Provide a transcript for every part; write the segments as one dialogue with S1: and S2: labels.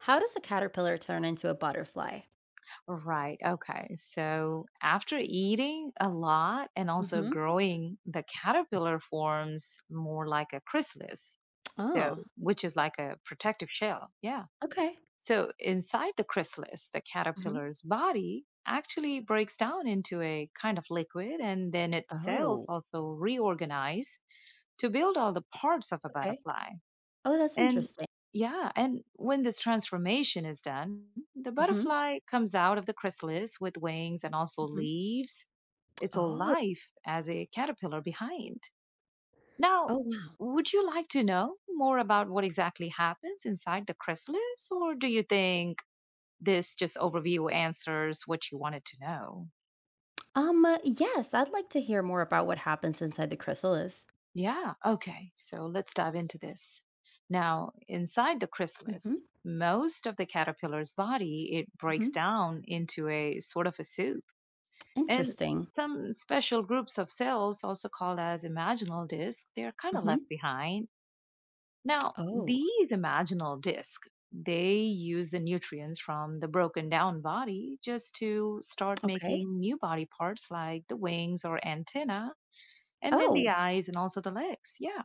S1: How does a caterpillar turn into a butterfly?
S2: Right. Okay. So after eating a lot and also
S1: Mm-hmm.
S2: growing, the caterpillar forms more like a chrysalis, so
S1: Oh,
S2: which is like a protective shell. Yeah.
S1: okay.
S2: So inside the chrysalis, the
S1: Mm-hmm.
S2: caterpillar's body actually breaks down into a kind of liquid and then its cells
S1: Oh,
S2: also reorganize to build all the parts of a
S1: okay.
S2: butterfly.
S1: Oh, that's
S2: And
S1: interesting.
S2: yeah, and when this transformation is done, the
S1: Hmm.
S2: butterfly comes out of the chrysalis with wings and also
S1: Mm-hmm.
S2: leaves its old
S1: Oh,
S2: life as a caterpillar behind. Now,
S1: oh wow.
S2: would you like to know more about what exactly happens inside the chrysalis, or do you think this just overview answers what you wanted to know?
S1: Yes, I'd like to hear more about what happens inside the chrysalis.
S2: Yeah, okay. So let's dive into this. Now, inside the
S1: Mm-hmm.
S2: chrysalis, most of the caterpillar's body it breaks
S1: Hmm.
S2: down into a sort of a soup. And
S1: Interesting.
S2: some special groups of cells, also called as imaginal discs, they're kind of left
S1: Hmm.
S2: behind. Now,
S1: Oh,
S2: these imaginal discs, they use the nutrients from the broken down body just to start
S1: okay.
S2: making new body parts like the wings or antenna, and then the
S1: Oh,
S2: eyes and also the legs. Yeah.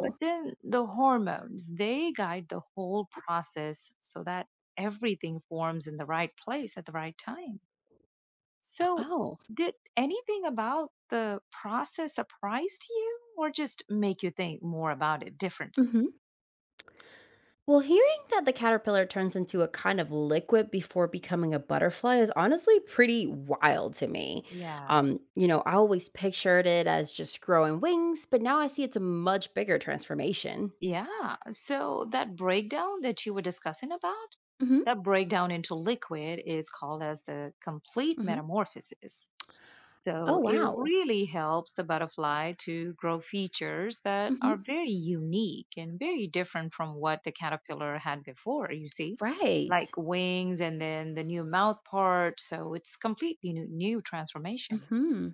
S2: But then the hormones, they guide the whole process so that everything forms in the right place at the right time. So,
S1: Oh,
S2: did anything about the process surprise you or just make you think more about it differently?
S1: mhm. Well, hearing that the caterpillar turns into a kind of liquid before becoming a butterfly is honestly pretty wild to me.
S2: Yeah.
S1: I always pictured it as just growing wings, but now I see it's a much bigger transformation.
S2: Yeah. So, that breakdown that you were discussing about,
S1: Hmm.
S2: that breakdown into liquid is called as the complete
S1: Hmm.
S2: metamorphosis.
S1: Oh,
S2: So it
S1: wow.
S2: really helps the butterfly to grow features that are
S1: Hmm.
S2: very unique and very different from what the caterpillar had before, you see, like
S1: Right.
S2: wings and then the new mouth part. So it's completely new, new transformation.
S1: Hmm.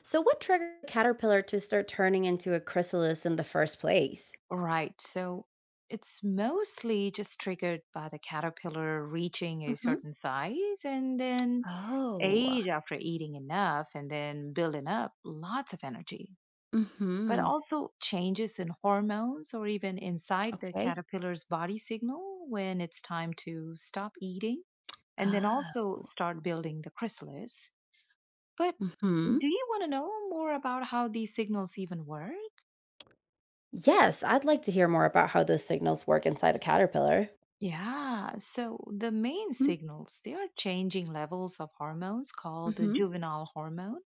S1: So, what triggered the caterpillar to start turning into a chrysalis in the first place?
S2: Right. So it's mostly just triggered by the caterpillar reaching a
S1: Hmm.
S2: certain size and then
S1: Oh.
S2: age after eating enough and then building up lots of energy. But
S1: Hmm.
S2: also changes in hormones or even inside the
S1: Okay.
S2: caterpillar's body signal when it's time to stop eating and then also
S1: Oh.
S2: start building the chrysalis. But
S1: Hmm.
S2: do you want to know more about how these signals even work?
S1: Yes, I'd like to hear more about how those signals work inside a caterpillar.
S2: Yeah, so the main signals, they are changing levels of hormones called the
S1: Mm-hmm.
S2: juvenile hormone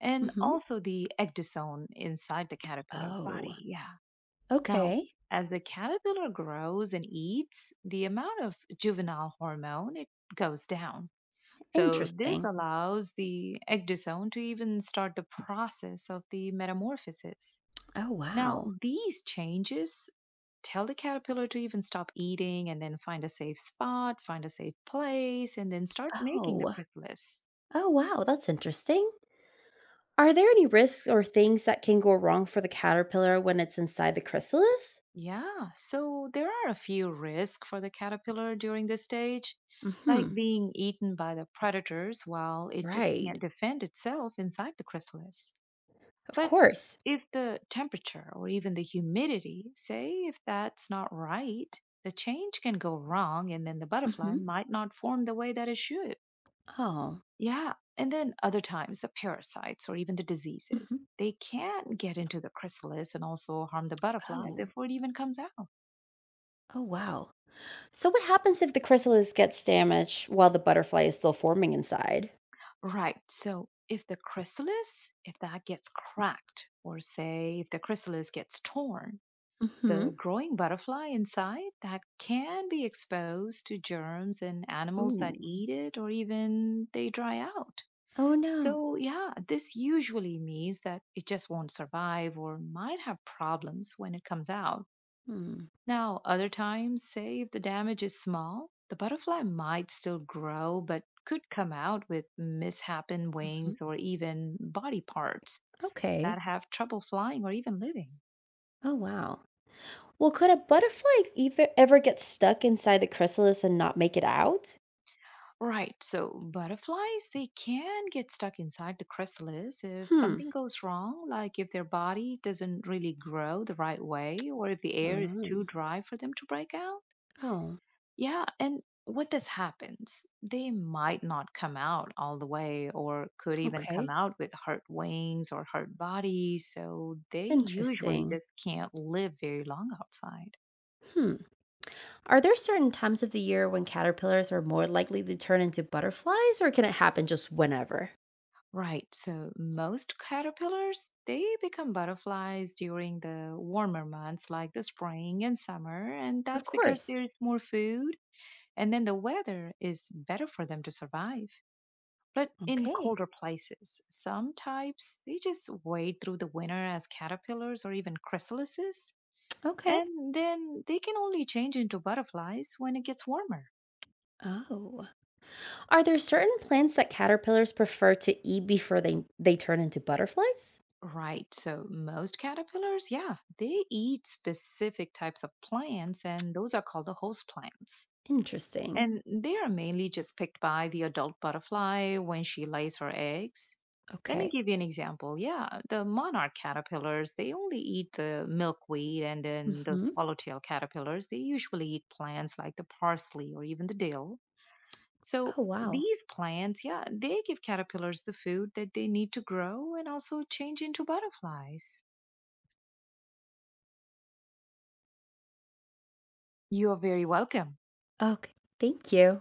S2: and
S1: Mm-hmm.
S2: also the ecdysone inside the caterpillar's
S1: Oh,
S2: body. Yeah. Now,
S1: okay.
S2: as the caterpillar grows and eats, the amount of juvenile hormone it goes down. So this
S1: Interesting.
S2: allows the ecdysone to even start the process of the metamorphosis.
S1: Oh,
S2: Now,
S1: wow.
S2: these changes tell the caterpillar to even stop eating and then find a safe spot, find a safe place, and then start making the
S1: Oh,
S2: chrysalis.
S1: oh, wow. That's interesting. Are there any risks or things that can go wrong for the caterpillar when it's inside the chrysalis?
S2: Yeah, so there are a few risks for the caterpillar during this stage, like
S1: Mm-hmm.
S2: being eaten by the predators while it just
S1: Right.
S2: can't defend itself inside the chrysalis.
S1: Of
S2: But
S1: course.
S2: if the temperature or even the humidity, say if that's not right, the change can go wrong and then the butterfly
S1: Mm-hmm.
S2: might not form the way that it should.
S1: Oh.
S2: Yeah, and then other times the parasites or even the
S1: Mm-hmm.
S2: diseases, they can get into the chrysalis and also harm the butterfly
S1: Oh.
S2: before it even comes out.
S1: Oh, wow. So, what happens if the chrysalis gets damaged while the butterfly is still forming inside?
S2: Right. So if the chrysalis, if that gets cracked, or say if the chrysalis gets torn, the
S1: Mm-hmm.
S2: growing butterfly inside that can be exposed to germs and animals that
S1: Ooh.
S2: eat it or even they dry out.
S1: Oh, no.
S2: So yeah, this usually means that it just won't survive or might have problems when it comes out.
S1: Hmm.
S2: Now, other times, say if the damage is small, the butterfly might still grow, but could come out with misshapen
S1: Mhm.
S2: wings or even body parts
S1: Okay.
S2: that have trouble flying or even living.
S1: Oh, wow. Well, could a butterfly either ever get stuck inside the chrysalis and not make it out?
S2: Right, so butterflies, they can get stuck inside the chrysalis if
S1: Hmm.
S2: something goes wrong, like if their body doesn't really grow the right way or if the air is too
S1: Oh.
S2: dry for them to break out.
S1: Oh,
S2: Yeah, and when this happens, they might not come out all the way or could even come
S1: okay.
S2: out with hurt wings or hurt bodies. So they usually
S1: Interesting.
S2: just can't live very long outside.
S1: Hmm. Are there certain times of the year when caterpillars are more likely to turn into butterflies, or can it happen just whenever?
S2: Right. So most caterpillars, they become butterflies during the warmer months like the spring and summer. And
S1: Of
S2: that's because
S1: course.
S2: there's more food and then the weather is better for them to survive. But in
S1: Okay.
S2: colder places, some types they just wade through the winter as caterpillars or even chrysalises,
S1: Okay.
S2: and then they can only change into butterflies when it gets warmer.
S1: Oh. Are there certain plants that caterpillars prefer to eat before they turn into butterflies?
S2: Right, so most caterpillars, yeah, they eat specific types of plants, and those are called the host plants.
S1: Interesting.
S2: And they are mainly just picked by the adult butterfly when she lays her eggs. Let me
S1: Okay.
S2: give you an example. Yeah, the monarch caterpillars, they only eat the milkweed, and then the
S1: Mhm.
S2: swallowtail caterpillars, they usually eat plants like the parsley or even the dill.
S1: Oh,
S2: So
S1: wow.
S2: these plants, yeah, they give caterpillars the food that they need to grow and also change into butterflies. You are very welcome.
S1: Okay. Thank you.